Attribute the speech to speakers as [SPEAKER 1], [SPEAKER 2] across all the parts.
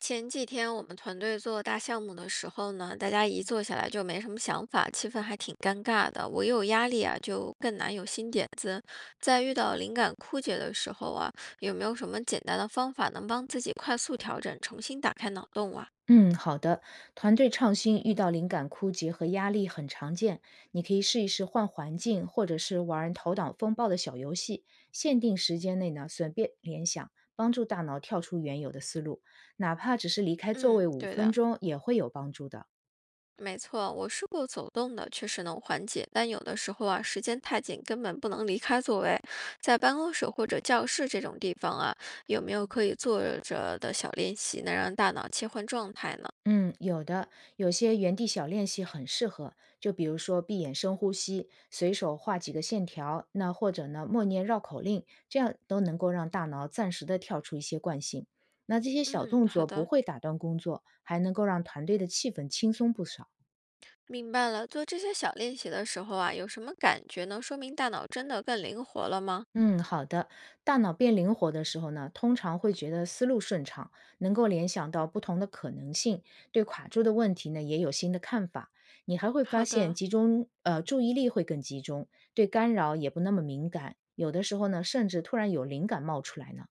[SPEAKER 1] 前几天我们团队做大项目的时候呢，大家一坐下来就没什么想法，气氛还挺尴尬的。我一有压力啊，就更难有新点子。在遇到灵感枯竭的时候啊，有没有什么简单的方法能帮自己快速调整，重新打开脑洞啊？
[SPEAKER 2] 嗯，好的。团队创新遇到灵感枯竭和压力很常见，你可以试一试换环境，或者是玩头脑风暴的小游戏，限定时间内呢随便联想，帮助大脑跳出原有的思路。哪怕只是离开座位
[SPEAKER 1] 嗯，
[SPEAKER 2] 五
[SPEAKER 1] 对
[SPEAKER 2] 分
[SPEAKER 1] 的。
[SPEAKER 2] 钟，也会有帮助的。
[SPEAKER 1] 没错，我试过走动的，确实能缓解，但有的时候啊，时间太紧，根本不能离开座位。在办公室或者教室这种地方啊，有没有可以坐着的小练习，能让大脑切换状态呢？
[SPEAKER 2] 嗯，有的，有些原地小练习很适合，就比如说闭眼深呼吸，随手画几个线条，那或者呢默念绕口令，这样都能够让大脑暂时的跳出一些惯性。那这些小
[SPEAKER 1] 嗯，
[SPEAKER 2] 动
[SPEAKER 1] 好
[SPEAKER 2] 作不
[SPEAKER 1] 的，
[SPEAKER 2] 会打断工作，还能够让团队的气氛轻松不少。
[SPEAKER 1] 明白了。做这些小练习的时候啊，有什么感觉呢？说明大脑真的更灵活了吗？
[SPEAKER 2] 嗯，好的。大脑变灵活的时候呢，通常会觉得思路顺畅，能够联想到不同的可能性，对卡住的问题呢也有新的看法。你还会发
[SPEAKER 1] 好
[SPEAKER 2] 现
[SPEAKER 1] 的。
[SPEAKER 2] 注意力会更集中，对干扰也不那么敏感，有的时候呢，甚至突然有灵感冒出来呢。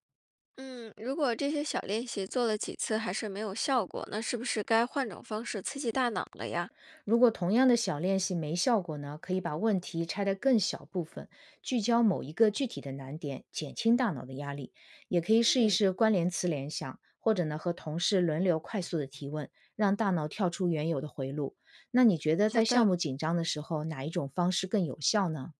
[SPEAKER 1] 嗯，如果这些小练习做了几次还是没有效果，那是不是该换种方式刺激大脑了呀？
[SPEAKER 2] 如果同样的小练习没效果呢，可以把问题拆得更小部分，聚焦某一个具体的难点，减轻大脑的压力。也可以试一
[SPEAKER 1] 嗯，
[SPEAKER 2] 试关联词联想，或者呢和同事轮流快速的提问，让大脑跳出原有的回路。那你觉得
[SPEAKER 1] 好
[SPEAKER 2] 在项
[SPEAKER 1] 的。
[SPEAKER 2] 目紧张的时候，哪一种方式更有效呢？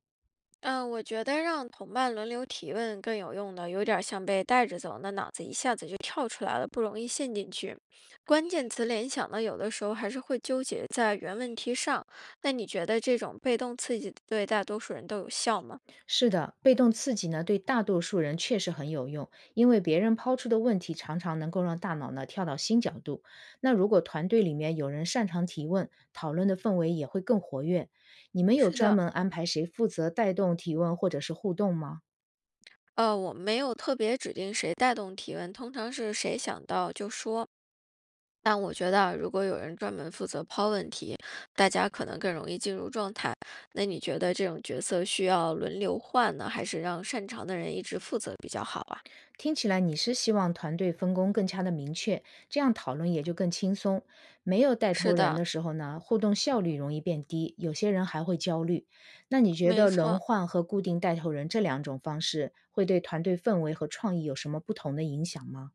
[SPEAKER 1] 嗯，我觉得让同伴轮流提问更有用的，有点儿像被带着走，那脑子一下子就跳出来了，不容易陷进去。关键词联想呢，有的时候还是会纠结在原问题上。那你觉得这种被动刺激对大多数人都有效吗？
[SPEAKER 2] 是的，被动刺激呢，对大多数人确实很有用，因为别人抛出的问题常常能够让大脑呢跳到新角度。那如果团队里面有人擅长提问，讨论的氛围也会更活跃。你们有
[SPEAKER 1] 是
[SPEAKER 2] 专
[SPEAKER 1] 的，
[SPEAKER 2] 门安排谁负责带动提问或者是互动吗？
[SPEAKER 1] 我没有特别指定谁带动提问，通常是谁想到就说。但我觉得啊，如果有人专门负责抛问题，大家可能更容易进入状态。那你觉得这种角色需要轮流换呢，还是让擅长的人一直负责比较好啊？
[SPEAKER 2] 听起来你是希望团队分工更加的明确，这样讨论也就更轻松。没有带头
[SPEAKER 1] 是
[SPEAKER 2] 人
[SPEAKER 1] 的，
[SPEAKER 2] 的时候呢，互动效率容易变低，有些人还会焦虑。那你觉
[SPEAKER 1] 没
[SPEAKER 2] 得轮
[SPEAKER 1] 错。
[SPEAKER 2] 换和固定带头人这两种方式会对团队氛围和创意有什么不同的影响吗？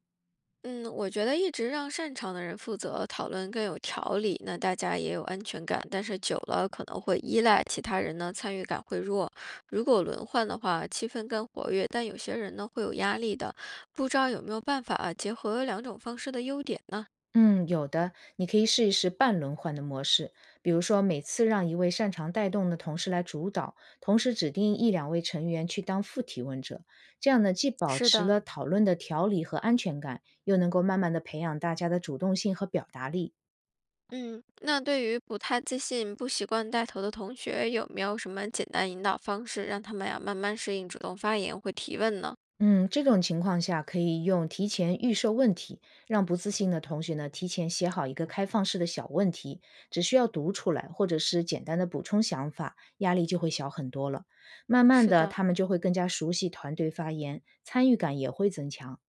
[SPEAKER 1] 嗯，我觉得一直让擅长的人负责讨论更有条理，那大家也有安全感。但是久了可能会依赖其他人呢，参与感会弱。如果轮换的话，气氛更活跃，但有些人呢会有压力的。不知道有没有办法啊结合两种方式的优点呢？
[SPEAKER 2] 嗯，有的，你可以试一试半轮换的模式，比如说每次让一位擅长带动的同事来主导，同时指定一两位成员去当副提问者，这样呢，既保
[SPEAKER 1] 是
[SPEAKER 2] 持
[SPEAKER 1] 的，
[SPEAKER 2] 了讨论的条理和安全感，又能够慢慢的培养大家的主动性和表达力。
[SPEAKER 1] 嗯，那对于不太自信、不习惯带头的同学，有没有什么简单引导方式，让他们呀慢慢适应主动发言或提问呢？
[SPEAKER 2] 嗯，这种情况下可以用提前预设问题，让不自信的同学呢提前写好一个开放式的小问题，只需要读出来，或者是简单的补充想法，压力就会小很多了。慢慢
[SPEAKER 1] 是
[SPEAKER 2] 的，
[SPEAKER 1] 的，
[SPEAKER 2] 他们就会更加熟悉团队发言，参与感也会增强。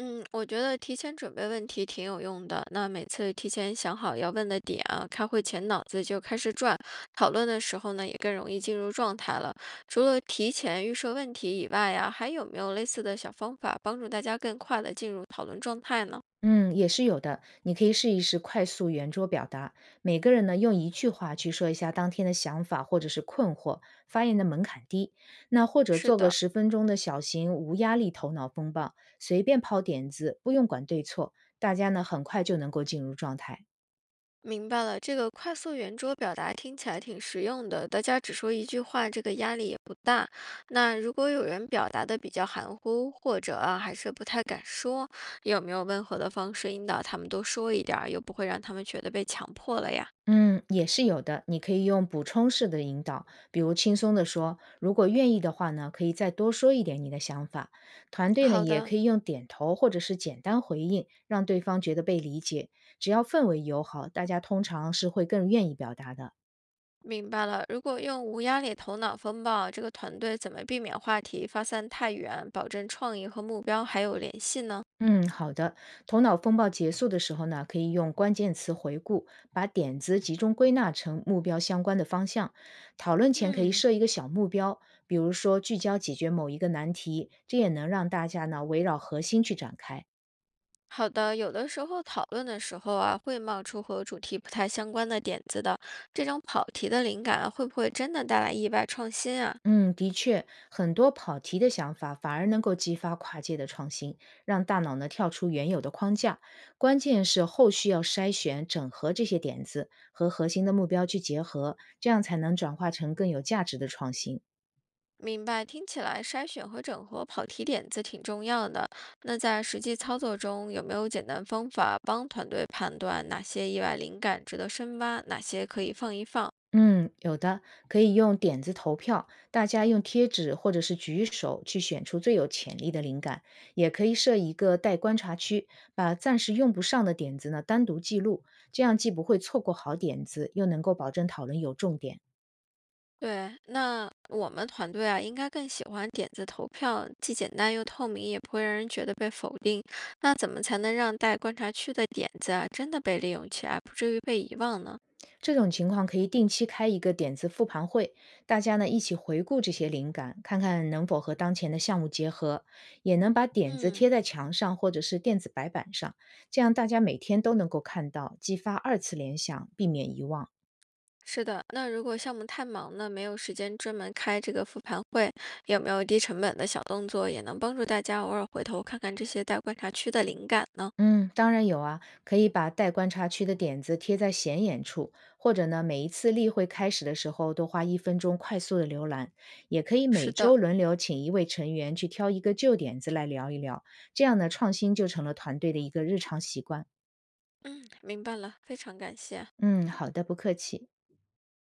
[SPEAKER 1] 嗯，我觉得提前准备问题挺有用的。那每次提前想好要问的点啊，开会前脑子就开始转，讨论的时候呢也更容易进入状态了。除了提前预设问题以外呀，还有没有类似的小方法帮助大家更快的进入讨论状态呢？
[SPEAKER 2] 嗯，也是有的。你可以试一试快速圆桌表达，每个人呢用一句话去说一下当天的想法或者是困惑，发言的门槛低。那或者
[SPEAKER 1] 是
[SPEAKER 2] 做个
[SPEAKER 1] 的。
[SPEAKER 2] 10分钟的小型无压力头脑风暴，随便抛点子，不用管对错，大家呢很快就能够进入状态。
[SPEAKER 1] 明白了，这个快速圆桌表达听起来挺实用的，大家只说一句话，这个压力也不大。那如果有人表达的比较含糊，或者啊还是不太敢说，有没有温和的方式引导他们多说一点儿，又不会让他们觉得被强迫了呀？
[SPEAKER 2] 嗯，也是有的。你可以用补充式的引导，比如轻松地说，如果愿意的话呢，可以再多说一点你的想法。团队呢，
[SPEAKER 1] 好
[SPEAKER 2] 也
[SPEAKER 1] 的，
[SPEAKER 2] 可以用点头或者是简单回应，让对方觉得被理解。只要氛围友好，大家通常是会更愿意表达的。
[SPEAKER 1] 明白了。如果用无压力头脑风暴，这个团队怎么避免话题发散太远，保证创意和目标还有联系呢？
[SPEAKER 2] 嗯，好的。头脑风暴结束的时候呢，可以用关键词回顾，把点子集中归纳成目标相关的方向。讨论前可以
[SPEAKER 1] 嗯，
[SPEAKER 2] 设一个小目标，比如说聚焦解决某一个难题，这也能让大家呢围绕核心去展开。
[SPEAKER 1] 好的，有的时候讨论的时候啊，会冒出和主题不太相关的点子的。这种跑题的灵感啊会不会真的带来意外创新啊？
[SPEAKER 2] 嗯，的确，很多跑题的想法反而能够激发跨界的创新，让大脑呢跳出原有的框架。关键是后续要筛选、整合这些点子和核心的目标去结合，这样才能转化成更有价值的创新。
[SPEAKER 1] 明白，听起来筛选和整合跑题点子挺重要的。那在实际操作中，有没有简单方法帮团队判断哪些意外灵感值得深挖，哪些可以放一放？
[SPEAKER 2] 嗯，有的，可以用点子投票，大家用贴纸或者是举手去选出最有潜力的灵感，也可以设一个待观察区，把暂时用不上的点子呢单独记录，这样既不会错过好点子，又能够保证讨论有重点。
[SPEAKER 1] 对，那我们团队啊，应该更喜欢点子投票，既简单又透明，也不会让人觉得被否定。那怎么才能让带观察区的点子啊，真的被利用起来，不至于被遗忘呢？
[SPEAKER 2] 这种情况可以定期开一个点子复盘会，大家呢一起回顾这些灵感，看看能否和当前的项目结合，也能把点子贴
[SPEAKER 1] 嗯，
[SPEAKER 2] 在墙上或者是电子白板上，这样大家每天都能够看到，激发二次联想，避免遗忘。
[SPEAKER 1] 是的。那如果项目太忙呢，没有时间专门开这个复盘会，有没有低成本的小动作，也能帮助大家偶尔回头看看这些带观察区的灵感呢？
[SPEAKER 2] 嗯，当然有啊，可以把待观察区的点子贴在显眼处，或者呢，每一次例会开始的时候都花1分钟快速的浏览，也可以每
[SPEAKER 1] 是的，
[SPEAKER 2] 周轮流请一位成员去挑一个旧点子来聊一聊，这样呢，创新就成了团队的一个日常习惯。
[SPEAKER 1] 嗯，明白了，非常感谢。
[SPEAKER 2] 嗯，好的，不客气。